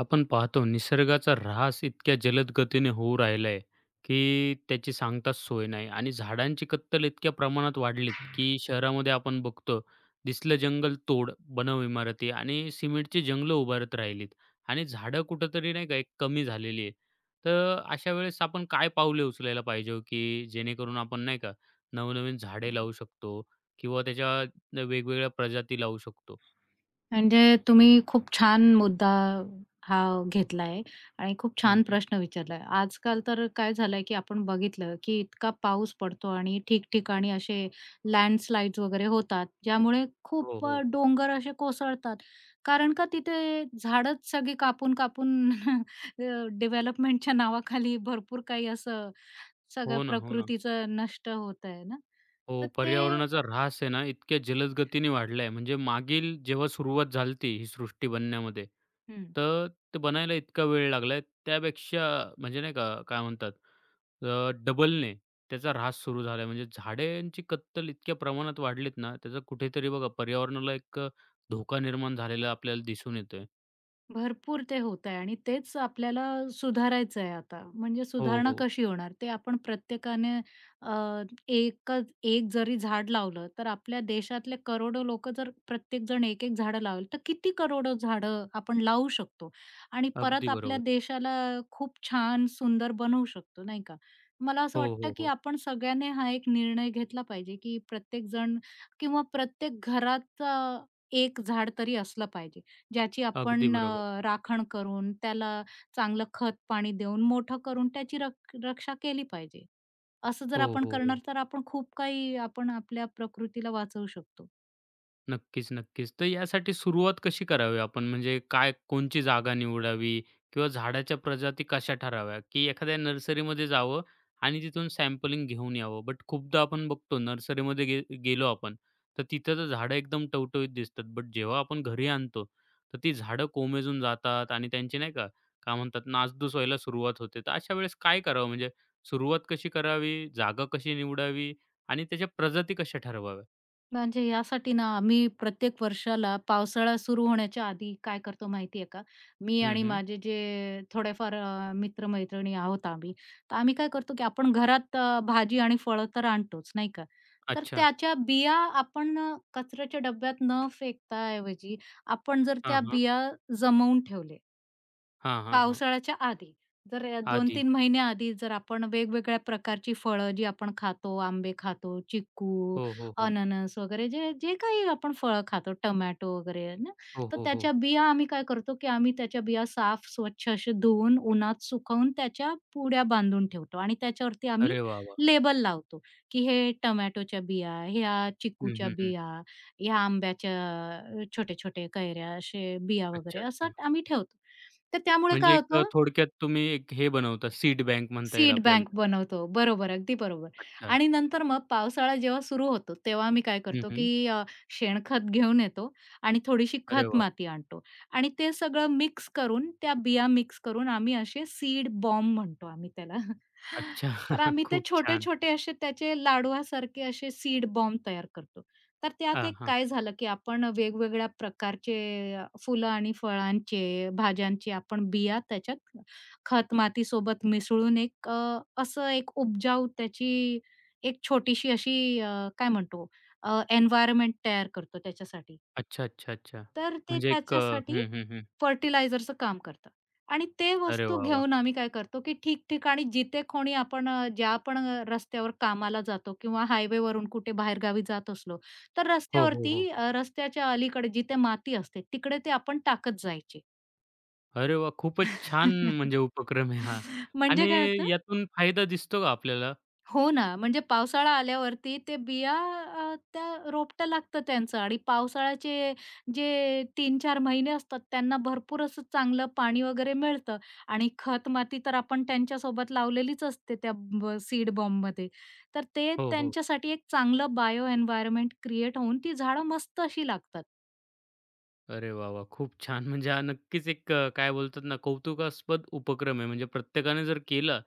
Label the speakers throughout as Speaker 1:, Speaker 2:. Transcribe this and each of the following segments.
Speaker 1: आपण पाहतो निसर्गाचा ऱ्हास इतक्या जलद गतीने होऊ राहिला आहे, की त्याची सांगताच सोय नाही आणि झाडांची कत्तल इतक्या प्रमाणात वाढलीत, की शहरामध्ये आपण बघतो, दिसलं जंगल तोड, बनव इमारती आणि सिमेंटची जंगलं उभारत राहिलीत आणि झाडं कुठेतरी नाही का एक कमी झालेली आहे. तर अशा वेळेस आपण काय पावले उचलायला पाहिजे हो, की जेणेकरून आपण नाही का नवनवीन झाडे लावू शकतो किंवा त्याच्या वेगवेगळ्या प्रजाती लावू शकतो?
Speaker 2: म्हणजे तुम्ही खूप छान मुद्दा हा घेतलाय आणि खूप
Speaker 1: हं,
Speaker 2: छान
Speaker 1: हं.
Speaker 2: प्रश्न विचारलाय. आजकाल तर काय झालंय, की आपण बघितलं, की इतका पाऊस पडतो आणि ठिकठिकाणी असे लँडस्लाइड्स वगैरे होतात, ज्यामुळे
Speaker 1: हो,
Speaker 2: खूप
Speaker 1: हो.
Speaker 2: डोंगर असे कोसळतात. कारण का तिथे झाडंच सगळी कापून-कापून डेव्हलपमेंटच्या नावाखाली भरपूर काही असं सगळं
Speaker 1: हो ना, हो ना.
Speaker 2: प्रकृतीचं नष्ट होत आहे ना.
Speaker 1: हो,
Speaker 2: तर ते
Speaker 1: पर्यावरणाचा ऱ्हास आहे ना, इतक्या जलद गतीने वाढला आहे. म्हणजे मागील जेव्हा सुरुवात झाली होती ही सृष्टी बनण्यामध्ये,
Speaker 2: हं.
Speaker 1: तर ते बनायला इतका वेळ लागलाय. त्यापेक्षा म्हणजे नाही का, काय म्हणतात डबलने त्याचा ऱ्हास सुरू झालाय. म्हणजे झाडांची कत्तल इतक्या प्रमाणात वाढलीत ना, त्याचा कुठेतरी बघा पर्यावरणाला एक धोका निर्माण झालेला आपल्याला दिसून येतोय.
Speaker 2: भरपूर ते होतंय आणि तेच आपल्याला सुधारायचं आहे आता. म्हणजे
Speaker 1: हो,
Speaker 2: सुधारणा
Speaker 1: हो.
Speaker 2: कशी होणार? ते आपण प्रत्येकाने अ, एकच एक जरी झाड लावलं, तर आपल्या देशातले करोडो लोकं जर प्रत्येकजण एक-एक झाडं लावली, तर किती करोडो झाडं आपण लावू शकतो आणि
Speaker 1: अगदी
Speaker 2: परत आपल्या
Speaker 1: बरोबर.
Speaker 2: देशाला खूप छान सुंदर बनवू शकतो, नाही का? मला असं
Speaker 1: हो,
Speaker 2: वाटतं,
Speaker 1: हो,
Speaker 2: की
Speaker 1: हो.
Speaker 2: आपण सगळ्यांनी हा एक निर्णय घेतला पाहिजे, की प्रत्येकजण किंवा प्रत्येक घरात 1 झाड तरी असलं पाहिजे. ज्याची
Speaker 1: अगदी
Speaker 2: आपण
Speaker 1: बरोबर.
Speaker 2: राखण करून त्याला चांगलं खत पाणी देऊन मोठं करून त्याची रक्षा केली पाहिजे. असं जर
Speaker 1: हो,
Speaker 2: आपण
Speaker 1: हो,
Speaker 2: करणार
Speaker 1: हो.
Speaker 2: तर आपण खूप काही आपल्या प्रकृतीला वाचवू शकतो.
Speaker 1: नक्कीच, नक्कीच. तर यासाठी सुरुवात कशी करावी आपण? म्हणजे काय कोणची जागा निवडावी किंवा झाडाच्या प्रजाती कशा ठराव्या? की एखाद्या नर्सरीमध्ये जावं आणि तिथून सॅम्पलिंग घेऊन यावं. बट खूपदा आपण बघतो नर्सरीमध्ये गेलो आपण, तर तिथं तर झाडं एकदम टवटवीत दिसतात. बट जेव्हा आपण घरी आणतो, तर ती झाडं कोमेजून जातात आणि त्यांची नाही का, काय म्हणतात नासधूस व्हायला सुरुवात होते. तर अशा वेळेस काय करावं? म्हणजे सुरुवात कशी करावी? जागा कशी निवडावी? आणि त्याच्या प्रजाती कशा ठरवाव्या?
Speaker 2: म्हणजे यासाठी ना आम्ही प्रत्येक वर्षाला पावसाळा सुरू होण्याच्या आधी काय करतो माहिती आहे का? मी
Speaker 1: हं,
Speaker 2: आणि
Speaker 1: हं.
Speaker 2: माझे जे थोडेफार मित्र-मैत्रिणी आहोत आम्ही, तर आम्ही काय करतो की आपण घरात भाजी आणि फळं तर आणतोच, नाही का? तर
Speaker 1: अच्छा.
Speaker 2: त्याच्या बिया आपण कचऱ्याच्या डब्यात न फेकता ऐवजी आपण जर
Speaker 1: हां,
Speaker 2: त्या
Speaker 1: हां.
Speaker 2: बिया जमवून ठेवले
Speaker 1: हां, हां, हां.
Speaker 2: पावसाळ्याच्या आधी. जर
Speaker 1: आधी.
Speaker 2: 3 महिन्याआधी जर आपण वेगवेगळ्या प्रकारची फळं जी आपण खातो, आंबे खातो, चिक्कू,
Speaker 1: हो, हो, हो.
Speaker 2: अननस वगैरे जे जे काही आपण फळं खातो, टोमॅटो वगैरे आहे ना,
Speaker 1: हो,
Speaker 2: तर
Speaker 1: हो, हो.
Speaker 2: त्याच्या बिया आम्ही काय करतो, की आम्ही त्याच्या बिया साफ स्वच्छ असे धुवून, उन्हात सुकवून त्याच्या पुड्या बांधून ठेवतो आणि त्याच्यावरती आम्ही
Speaker 1: अरे वाह, वाह!
Speaker 2: लेबल लावतो, की हे टोमॅटोच्या बिया, ह्या
Speaker 1: हं,
Speaker 2: चिक्कूच्या
Speaker 1: हं, हं.
Speaker 2: बिया, ह्या आंब्याच्या छोटे-छोटे कैऱ्या असे बिया
Speaker 1: अच्छा,
Speaker 2: वगैरे असं
Speaker 1: अच्छा.
Speaker 2: आम्ही ठेवतो. तर त्यामुळे
Speaker 1: म्हणजे
Speaker 2: काय
Speaker 1: एक
Speaker 2: होतं
Speaker 1: थोडक्यात तुम्ही एक हे बनवता सीड बँक म्हणता येईल
Speaker 2: सीड
Speaker 1: आपल्याला
Speaker 2: बँक
Speaker 1: त्याला.
Speaker 2: बनवतो. बरोबर, अगदी बरोबर.
Speaker 1: अच्छा.
Speaker 2: आणि नंतर मग पावसाळा जेव्हा सुरू होतो, तेव्हा मी काय
Speaker 1: हं,
Speaker 2: करतो,
Speaker 1: हं.
Speaker 2: की शेणखत घेऊन येतो आणि थोडीशी
Speaker 1: अरे
Speaker 2: खत
Speaker 1: वाह!
Speaker 2: माती आणतो आणि ते सगळं मिक्स करून, त्या बिया मिक्स करून आम्ही असे सीड बॉम्ब म्हणतो आम्ही त्याला.
Speaker 1: अच्छा.
Speaker 2: तर आम्ही ते
Speaker 1: खूप छान.
Speaker 2: छोटे-छोटे असे त्याचे लाडवासारखे असे सीड बॉम्ब तयार करतो. तर त्यात
Speaker 1: हां,
Speaker 2: एक
Speaker 1: हां.
Speaker 2: काय झालं, की आपण वेगवेगळ्या प्रकारचे फुलं आणि फळांचे, भाज्यांचे आपण बिया त्याच्यात खत मातीसोबत मिसळून एक अ, असं एक उपजाऊ त्याची एक छोटीशी अशी अ, काय म्हणतो अ, एन्व्हायर्नमेंट तयार करतो त्याच्यासाठी.
Speaker 1: अच्छा, अच्छा, अच्छा.
Speaker 2: तर ते
Speaker 1: म्हणजे एक अ,
Speaker 2: त्याच्यासाठी
Speaker 1: हं, हं, हं.
Speaker 2: फर्टिलायझरचं काम करतं आणि ते
Speaker 1: अरे
Speaker 2: वस्तू
Speaker 1: वाह, वाह!
Speaker 2: घेऊन आम्ही काय करतो, की ठिकठिकाणी जिथे कोणी आपण ज्या पण रस्त्यावर कामाला जातो किंवा हायवेवरून कुठे बाहेरगावी जात असलो, तर
Speaker 1: हो, हो,
Speaker 2: रस्त्यावरती
Speaker 1: हो.
Speaker 2: रस्त्याच्या अलीकडे जिथे माती असते तिकडे ते आपण टाकत जायचे.
Speaker 1: अरे वाह! खूपच छान म्हणजे उपक्रम आहे हा आणि
Speaker 2: म्हणजे काय होतं
Speaker 1: यातून फायदा दिसतो का आपल्याला?
Speaker 2: हो ना, म्हणजे पावसाळा आल्यावरती ते बिया त्या रोपटं लागतं त्यांचं आणि पावसाळ्याचे जे तीन-चार महिने असतात त्यांना भरपूर असं चांगलं पाणी वगैरे मिळतं आणि खत-माती तर आपण त्यांच्यासोबत लावलेलीच असते त्या सीड बॉम्बमध्ये. तर ते
Speaker 1: हो, हो.
Speaker 2: त्यांच्यासाठी एक चांगलं बायो एन्व्हायर्नमेंट क्रिएट होऊन ती झाडं मस्त अशी लागतात.
Speaker 1: अरे वाह, वाह! खूप छान. म्हणजे हा नक्कीच एक काय बोलतात ना, कौतुकास्पद उपक्रम आहे. म्हणजे प्रत्येकाने जर केला,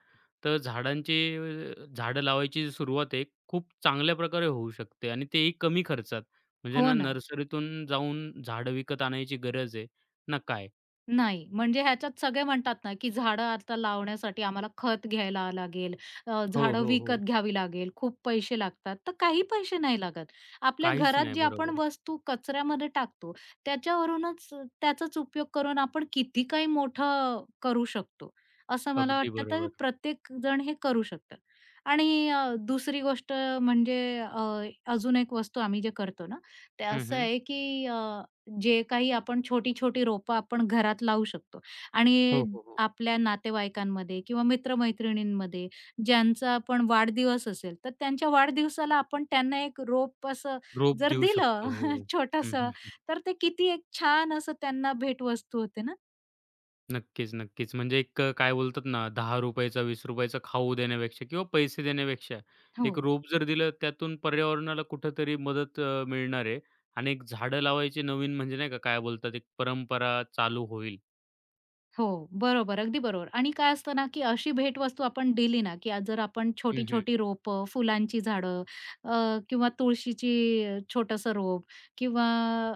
Speaker 1: तर झाडं लावायची जी सुरुवात आहे, खूप चांगल्या प्रकारे होऊ शकते आणि तेही कमी खर्चात. म्हणजे
Speaker 2: हो
Speaker 1: ना
Speaker 2: ना.
Speaker 1: नर्सरीतून जाऊन झाडं विकत आणायची गरज आहे ना काय.
Speaker 2: नाही, म्हणजे ह्याच्यात सगळे म्हणतात ना, की झाडं आता लावण्यासाठी आम्हाला खत घ्यायला लागेल,
Speaker 1: हो,
Speaker 2: झाडं
Speaker 1: हो, हो.
Speaker 2: विकत घ्यावी लागेल, खूप पैसे लागतात. तर काही पैसे नाही लागत. आपल्या
Speaker 1: काहीच
Speaker 2: घरात
Speaker 1: नाही.
Speaker 2: जी आपण
Speaker 1: बरोबर.
Speaker 2: वस्तू कचऱ्यामध्ये टाकतो, त्याच्यावरूनच त्याचाच उपयोग करून आपण किती काही मोठं करू शकतो, असं मला
Speaker 1: अगदी
Speaker 2: वाटतं. तर
Speaker 1: बरोबर.
Speaker 2: प्रत्येक जण हे करू शकतं. आणि दुसरी गोष्ट म्हणजे अजून एक वस्तू आम्ही जे करतो ना, ते
Speaker 1: हं,
Speaker 2: असं
Speaker 1: हं.
Speaker 2: आहे, की जे काही आपण छोटी-छोटी रोपं आपण घरात लावू शकतो
Speaker 1: हो,
Speaker 2: आणि
Speaker 1: हो, हो.
Speaker 2: आपल्या नातेवाईकांमध्ये किंवा मित्र-मैत्रिणींमध्ये ज्यांचा आपण वाढदिवस असेल, तर त्यांच्या वाढदिवसाला आपण त्यांना एक रोप असं
Speaker 1: रोप
Speaker 2: जर
Speaker 1: देऊ
Speaker 2: दिलं
Speaker 1: शकतो. हो. हं,
Speaker 2: छोटंसं,
Speaker 1: हं.
Speaker 2: तर ते किती एक छान असं त्यांना भेटवस्तू होते ना.
Speaker 1: नक्कीच, नक्कीच. म्हणजे एक काय बोलतात ना ₹10 चा, ₹20 खाऊ देण्यापेक्षा किंवा पैसे देण्यापेक्षा
Speaker 2: हो.
Speaker 1: एक रोप जर दिलं त्यातून पर्यावरणाला कुठेतरी मदत मिळणार आहे आणि एक झाडं लावायची नवीन म्हणजे नाही का, काय बोलतात एक परंपरा चालू होईल.
Speaker 2: हो, बरोबर. अगदी बरोबर आणि काय असतं ना, की अशी भेटवस्तू आपण दिली ना, की आज जर आपण
Speaker 1: हं, हं.
Speaker 2: छोटी-छोटी रोपं, फुलांची झाडं अ, किंवा तुळशीची छोटंसं रोप किंवा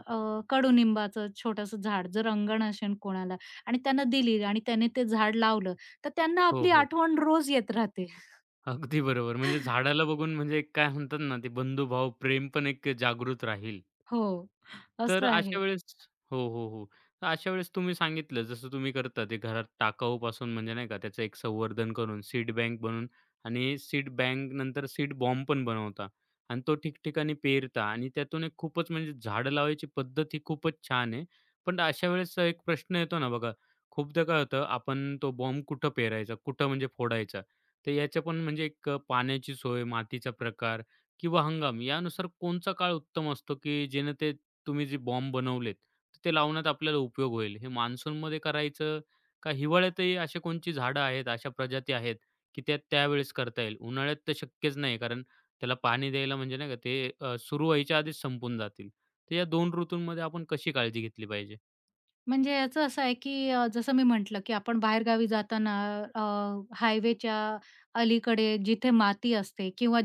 Speaker 2: अ, कडुनिंबाचं छोटंसं झाड जर अंगण असेल कोणाला आणि त्यांना दिली आणि त्याने ते झाड लावलं, तर त्यांना
Speaker 1: हो,
Speaker 2: आपली
Speaker 1: हो.
Speaker 2: आठवण रोज येत राहते.
Speaker 1: अगदी बरोबर. म्हणजे झाडाला बघून म्हणजे एक काय म्हणतात ना, ते बंधुभाव, प्रेम पण एक जागृत राहील.
Speaker 2: हो,
Speaker 1: तर
Speaker 2: असं
Speaker 1: अशा
Speaker 2: आहे.
Speaker 1: वेळेस हो, हो, हो. तर अशा वेळेस तुम्ही सांगितलं, जसं तुम्ही करता ते घरात टाकाऊपासून म्हणजे नाही का, त्याचं एक संवर्धन करून सीड बँक बनवून आणि सीड बँक नंतर सीड बॉम्ब पण बनवता आणि तो ठिकठिकाणी पेरता आणि त्यातून एक खूपच म्हणजे झाडं लावायची पद्धत ही खूपच छान आहे. पण अशा वेळेस एक प्रश्न येतो ना बघा, खूपदा काय होतं, आपण तो बॉम्ब कुठं पेरायचा, कुठं म्हणजे फोडायचा? तर ह्याच्या पण म्हणजे एक पाण्याची सोय, मातीचा प्रकार किंवा हंगाम यानुसार कोणचा काळ उत्तम असतो, की जेणे ते तुम्ही जे बॉम्ब बनवलेत, तर ते लावण्यात आपल्याला उपयोग होईल? हे मान्सूनमध्ये करायचं का हिवाळ्यातही अशी कोणची झाडं आहेत, अशा प्रजाती आहेत, की त्या त्यावेळेस करता येईल? उन्हाळ्यात तर शक्यच नाही, कारण त्याला पाणी द्यायला म्हणजे नाही का ते सुरू व्हायच्या आधीच संपून जातील. तर या 2 ऋतूंमध्ये आपण कशी काळजी घेतली पाहिजे?
Speaker 2: म्हणजे याचं असं आहे, की जसं मी म्हटलं, की आपण बाहेरगावी जाताना अ, हायवेच्या अलीकडे जिथे माती असते किंवा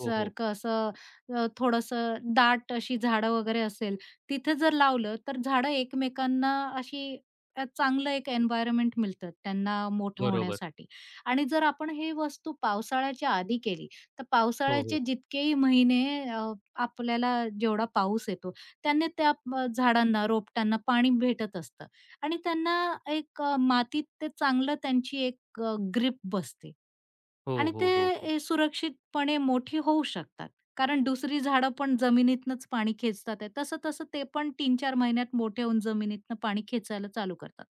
Speaker 1: हो, हो.
Speaker 2: असं थोडंसं दाट अशी झाडं वगैरे असेल, तिथे जर लावलं तर झाडं एकमेकांना अशी चांगलं एक एन्व्हायर्नमेंट मिळतं त्यांना मोठं
Speaker 1: बरोबर.
Speaker 2: होण्यासाठी. आणि जर आपण हे वस्तू पावसाळ्याच्या आधी केली, तर
Speaker 1: हो, हो.
Speaker 2: पावसाळ्याचे जितकेही महिने अ, आपल्याला जेवढा पाऊस येतो त्यांनी त्या झाडांना, रोपट्यांना पाणी भेटत असतं आणि त्यांना एक मातीत ते चांगलं त्यांची एक ग्रिप बसते.
Speaker 1: हो,
Speaker 2: आणि
Speaker 1: हो,
Speaker 2: ते
Speaker 1: हो, हो.
Speaker 2: सुरक्षितपणे मोठी होऊ शकतात. कारण दुसरी झाडं पण जमिनीतनंच पाणी खेचतात आहे. तसं-तसं ते पण 3-4 महिन्यात मोठे होऊन जमिनीतनं पाणी खेचायला चालू करतात.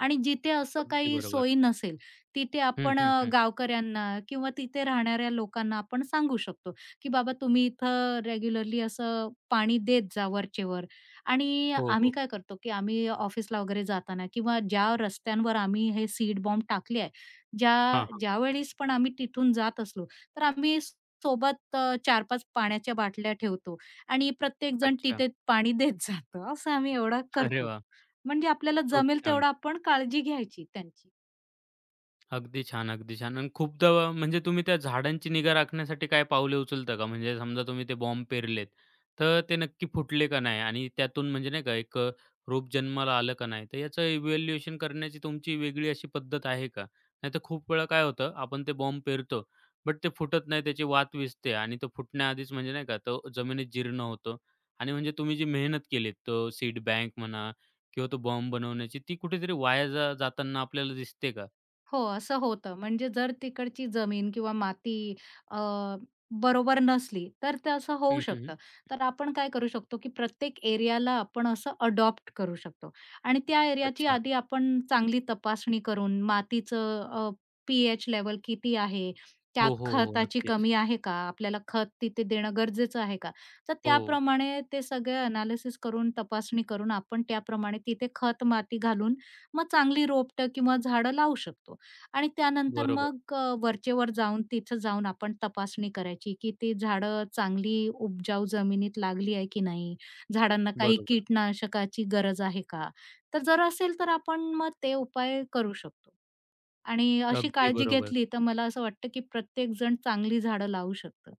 Speaker 2: आणि जिथे असं
Speaker 1: अगदी
Speaker 2: काही
Speaker 1: बरोबर.
Speaker 2: सोयी नसेल, तिथे
Speaker 1: हं,
Speaker 2: आपण
Speaker 1: हं, हं.
Speaker 2: गावकऱ्यांना किंवा तिथे राहणाऱ्या लोकांना आपण सांगू शकतो, की "बाबा तुम्ही इथं रेग्युलरली असं पाणी देत जा वरचेवर." आणि
Speaker 1: हो,
Speaker 2: आम्ही
Speaker 1: हो.
Speaker 2: काय करतो, की आम्ही ऑफिसला वगैरे जाताना किंवा ज्या रस्त्यांवर आम्ही हे सीड बॉम्ब टाकले आहे, ज्या
Speaker 1: हां.
Speaker 2: ज्यावेळेस पण आम्ही तिथून जात असलो, तर सोबत 4-5 पाण्याच्या बाटल्या ठेवतो आणि प्रत्येकजण
Speaker 1: अच्छा.
Speaker 2: तिथे पाणी देत जातं. असं आम्ही एवढं
Speaker 1: अरे
Speaker 2: करतो.
Speaker 1: वाह!
Speaker 2: म्हणजे आपल्याला
Speaker 1: खूप
Speaker 2: जमेल
Speaker 1: छान.
Speaker 2: तेवढं आपण काळजी घ्यायची त्यांची.
Speaker 1: अगदी छान, अगदी छान. आणि खूपदा म्हणजे तुम्ही त्या झाडांची निगा राखण्यासाठी काय पावले उचलता का? म्हणजे समजा तुम्ही ते बॉम्ब पेरलेत, तर ते नक्की फुटले का नाही? आणि त्यातून म्हणजे नाही का एक रोप जन्माला आलं का नाही? तर याचं इव्हॅल्युएशन करण्याची तुमची वेगळी अशी पद्धत आहे का? नाहीतर खूप वेळा काय होतं, आपण ते बॉम्ब पेरतो, बट ते फुटत नाही, त्याची वात विझते आणि तो फुटण्याआधीच म्हणजे नाही का, तो जमिनीत जीर्ण होतो. आणि म्हणजे तुम्ही जी मेहनत केलीत, तो सीड बँक म्हणा किंवा तो बॉम्ब बनवण्याची, ती कुठेतरी वाया जाताना आपल्याला दिसते का?
Speaker 2: हो, असं होतं. म्हणजे जर तिकडची जमीन किंवा माती अ, बरोबर नसली, तर ते असं होऊ शकतं. तर आपण काय करू शकतो, की प्रत्येक एरियाला आपण असं अडॉप्ट करू शकतो आणि त्या एरियाची
Speaker 1: अच्छा.
Speaker 2: आधी आपण चांगली तपासणी करून मातीचं पी-एच लेवल किती आहे?
Speaker 1: हो,
Speaker 2: त्यात
Speaker 1: हो, हो.
Speaker 2: खताची
Speaker 1: नक्कीच.
Speaker 2: कमी आहे का? आपल्याला खत तिथे देणं गरजेचं आहे का? तर
Speaker 1: हो.
Speaker 2: त्याप्रमाणे ते सगळे एनालिसिस करून, तपासणी करून आपण त्याप्रमाणे तिथे खत, माती घालून मग चांगली रोपटं किंवा झाडं लावू शकतो. आणि त्यानंतर
Speaker 1: बरोबर,
Speaker 2: मग वरचेवर जाऊन तिथं जाऊन आपण तपासणी करायची, की ती झाडं चांगली उपजाऊ जमिनीत लागली आहे की नाही? झाडांना काही
Speaker 1: बरोबर.
Speaker 2: कीटनाशकाची गरज आहे का? तर जर असेल तर आपण मग ते उपाय करू शकतो. आणि अशी
Speaker 1: अगदी
Speaker 2: काळजी
Speaker 1: बरोबर.
Speaker 2: घेतली तर मला असं वाटतं, की प्रत्येकजण चांगली झाडं लावू शकतो.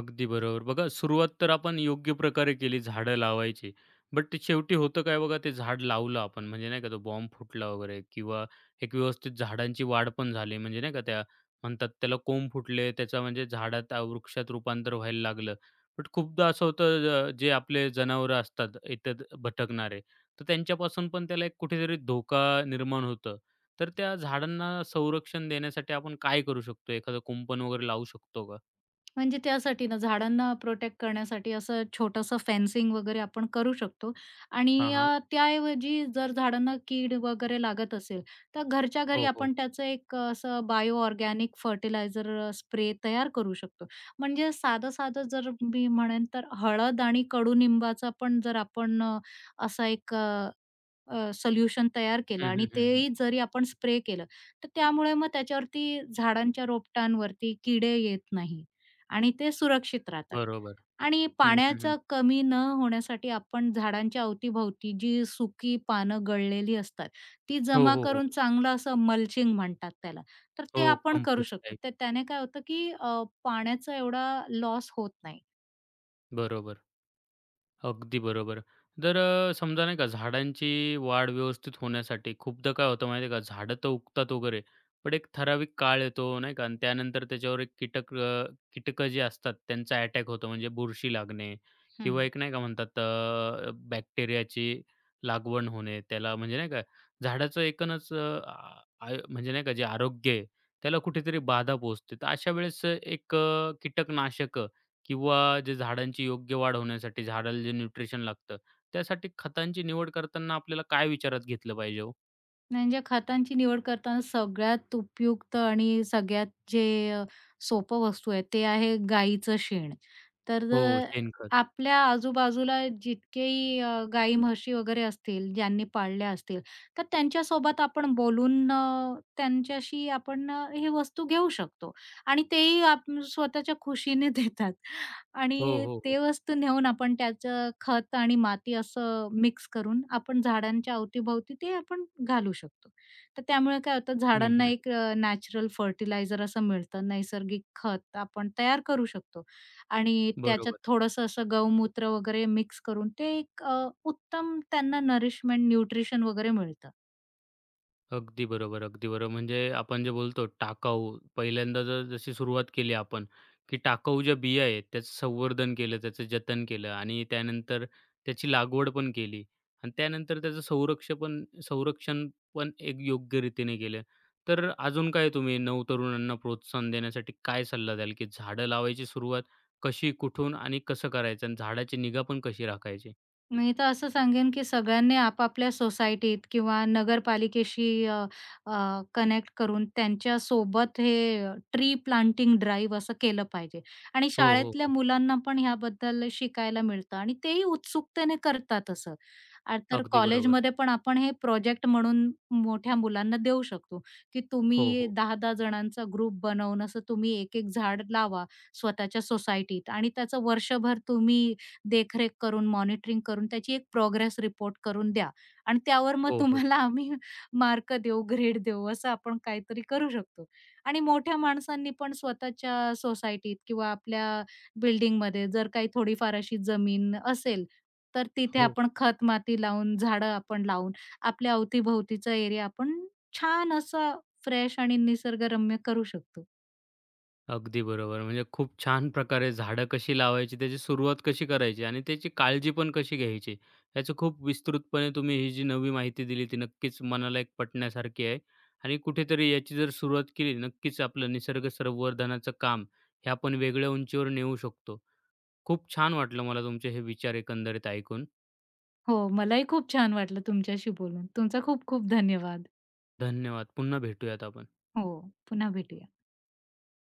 Speaker 1: अगदी बरोबर. बघा सुरुवात तर आपण योग्य प्रकारे केली झाडं लावायची. बट ते शेवटी होतं काय बघा ते झाड लावलं आपण म्हणजे नाही का तो बॉम्ब फुटला वगैरे किंवा एक व्यवस्थित झाडांची वाढ पण झाली म्हणजे नाही का त्या म्हणतात त्याला कोंब फुटले त्याचा म्हणजे वृक्षात रूपांतर व्हायला लागलं. बट खूपदा असं होतं अ, जे आपले जनावरं असतात इतर भटकणारे, तर त्यांच्यापासून पण त्याला एक कुठेतरी धोका निर्माण होतं. तर त्या झाडांना संरक्षण देण्यासाठी आपण काय करू शकतो? एखादं कुंपण वगैरे लावू शकतो का?
Speaker 2: म्हणजे त्यासाठी ना झाडांना प्रोटेक्ट करण्यासाठी असं छोटंसं फेन्सिंग वगैरे आपण करू शकतो
Speaker 1: हां,
Speaker 2: आणि
Speaker 1: हां.
Speaker 2: त्याऐवजी जर झाडांना कीड वगैरे लागत असेल, तर घरच्या घरी
Speaker 1: हो, हो.
Speaker 2: आपण त्याचं एक असं बायो ऑर्गॅनिक फर्टिलायझर स्प्रे तयार करू शकतो. म्हणजे साधं-साधं जर मी म्हणेन तर हळद आणि कडुनिंबाचा पण जर आपण असा एक सोल्युशन तयार केलं
Speaker 1: हं,
Speaker 2: आणि
Speaker 1: हं, हं,
Speaker 2: तेही
Speaker 1: हं.
Speaker 2: जरी आपण स्प्रे केलं, तर त्यामुळे मग त्याच्यावरती झाडांच्या रोपटांवरती किडे येत नाही आणि ते सुरक्षित राहतात.
Speaker 1: बरोबर.
Speaker 2: आणि
Speaker 1: हं, हं, हं.
Speaker 2: पाण्याचा कमी न होण्यासाठी आपण झाडांच्या अवतीभोवती जी सुकी पानं गळलेली असतात, ती
Speaker 1: हो,
Speaker 2: जमा
Speaker 1: हो, हो.
Speaker 2: करून चांगलं असं मल्चिंग म्हणतात त्याला. तर
Speaker 1: हो,
Speaker 2: ते
Speaker 1: हो,
Speaker 2: आपण करू
Speaker 1: कंपोस्ट
Speaker 2: शकतो.
Speaker 1: टाइप.
Speaker 2: तर त्याने काय होतं, की पाण्याचा एवढा लॉस होत नाही.
Speaker 1: बरोबर. अगदी बरोबर. तर अ, समजा नाही का झाडांची वाढ व्यवस्थित होण्यासाठी खूपदा काय होतं माहिती आहे का, झाडं तर उगतात वगैरे, पण एक ठराविक काळ येतो नाही का आणि त्यानंतर त्याच्यावर एक कीटकं जी असतात त्यांचा अटॅक होतो. म्हणजे बुरशी लागणे किंवा एक नाही का म्हणतात बॅक्टेरियाची लागवण होणे. त्याला म्हणजे नाही का झाडाचं एकूणच अ, आ आ म्हणजे नाही का जे आरोग्य आहे त्याला कुठेतरी बाधा पोहोचते. तर अशा वेळेस एक कीटकनाशकं किंवा जे झाडांची योग्य वाढ होण्यासाठी झाडाला जे न्यूट्रिशन लागतं, त्यासाठी खतांची निवड करताना आपल्याला काय विचारात घेतलं पाहिजे हो?
Speaker 2: म्हणजे खतांची निवड करताना सगळ्यात उपयुक्त आणि सगळ्यात जे सोपं वस्तू आहे ते आहे गाईचं शेण. तर
Speaker 1: हो, शेणखत.
Speaker 2: आपल्या आजूबाजूला जितकेही गाई, म्हशी वगैरे असतील, ज्यांनी पाळल्या असतील, तर त्यांच्यासोबत आपण बोलून त्यांच्याशी आपण ही वस्तू घेऊ शकतो आणि तेही स्वतःच्या खुशीने देतात.
Speaker 1: हो,
Speaker 2: आणि
Speaker 1: हो,
Speaker 2: ते
Speaker 1: हो.
Speaker 2: वस्तू नेऊन आपण त्याचं खत आणि माती असं मिक्स करून आपण झाडांच्या अवतीभोवती ते आपण घालू शकतो. तर त्यामुळे काय होतं
Speaker 1: हं,
Speaker 2: झाडांना
Speaker 1: हं.
Speaker 2: एक नॅचरल फर्टिलायझर असं मिळतं. नैसर्गिक खत आपण तयार करू शकतो आणि त्याच्यात
Speaker 1: बरोबर.
Speaker 2: थोडंसं असं गौमूत्र वगैरे मिक्स करून ते एक उत्तम त्यांना नरिशमेंट, न्यूट्रिशन वगैरे मिळतं.
Speaker 1: अगदी बरोबर, अगदी बरोबर. म्हणजे आपण जे बोलतो टाकाऊ, पहिल्यांदा जर जशी सुरुवात केली आपण, की टाकाऊ ज्या बिया आहेत त्याचं संवर्धन केलं, त्याचं जतन केलं आणि त्यानंतर त्याची लागवड पण केली आणि त्यानंतर त्याचं संरक्षण पण एक योग्य रीतीने केलं. तर अजून काय तुम्ही नवतरुणांना प्रोत्साहन देण्यासाठी काय सल्ला द्याल, की झाडं लावायची सुरुवात कशी, कुठून आणि कसं करायचं आणि झाडाची निगा पण कशी राखायची?
Speaker 2: मी तर असं सांगेन, की सगळ्यांनी आपापल्या सोसायटीत किंवा नगरपालिकेशी अ, अ, कनेक्ट करून त्यांच्या सोबत हे ट्री प्लांटिंग ड्राईव्ह असं केलं पाहिजे आणि
Speaker 1: हो, हो,
Speaker 2: शाळेतल्या
Speaker 1: हो.
Speaker 2: मुलांना पण ह्याबद्दल शिकायला मिळतं आणि तेही उत्सुकतेने करतात असं. तर
Speaker 1: अगदी बरोबर.
Speaker 2: कॉलेजमध्ये पण आपण हे प्रोजेक्ट म्हणून मोठ्या मुलांना देऊ शकतो, की
Speaker 1: हो,
Speaker 2: तुम्ही
Speaker 1: हो.
Speaker 2: 10-10 जणांचा ग्रुप बनवून असं तुम्ही एक-एक झाड लावा स्वतःच्या सोसायटीत आणि त्याचं वर्षभर तुम्ही देखरेख करून, मॉनिटरिंग करून त्याची एक प्रोग्रेस रिपोर्ट करून द्या आणि त्यावर मग
Speaker 1: हो, हो.
Speaker 2: तुम्हाला आम्ही मार्क देऊ, ग्रेड देऊ असं आपण काहीतरी करू शकतो. आणि मोठ्या माणसांनी पण स्वतःच्या सोसायटीत किंवा आपल्या बिल्डिंगमध्ये जर काही थोडीफार अशी जमीन असेल, तर तिथे
Speaker 1: हो.
Speaker 2: आपण खत-माती लावून, झाडं आपण लावून, आपल्या अवतीभोवतीचा एरिया आपण छान असा फ्रेश आणि निसर्गरम्य करू शकतो.
Speaker 1: अगदी बरोबर. म्हणजे खूप छान प्रकारे झाडं कशी लावायची, त्याची सुरुवात कशी करायची आणि त्याची काळजी पण कशी घ्यायची, याचं खूप विस्तृतपणे तुम्ही ही जी नवी माहिती दिली, ती नक्कीच मनाला एक पटण्यासारखी आहे. आणि कुठेतरी याची जर सुरुवात केली, नक्कीच आपलं निसर्ग संवर्धनाचं काम हे आपण वेगळ्या उंचीवर नेऊ शकतो. खूप छान वाटलं मला तुमचे हे विचार एकंदरीत ऐकून.
Speaker 2: हो, मलाही खूप छान वाटलं तुमच्याशी बोलून. तुमचा खूप खूप धन्यवाद.
Speaker 1: धन्यवाद. पुन्हा भेटूयात आपण.
Speaker 2: हो, पुन्हा भेटूया.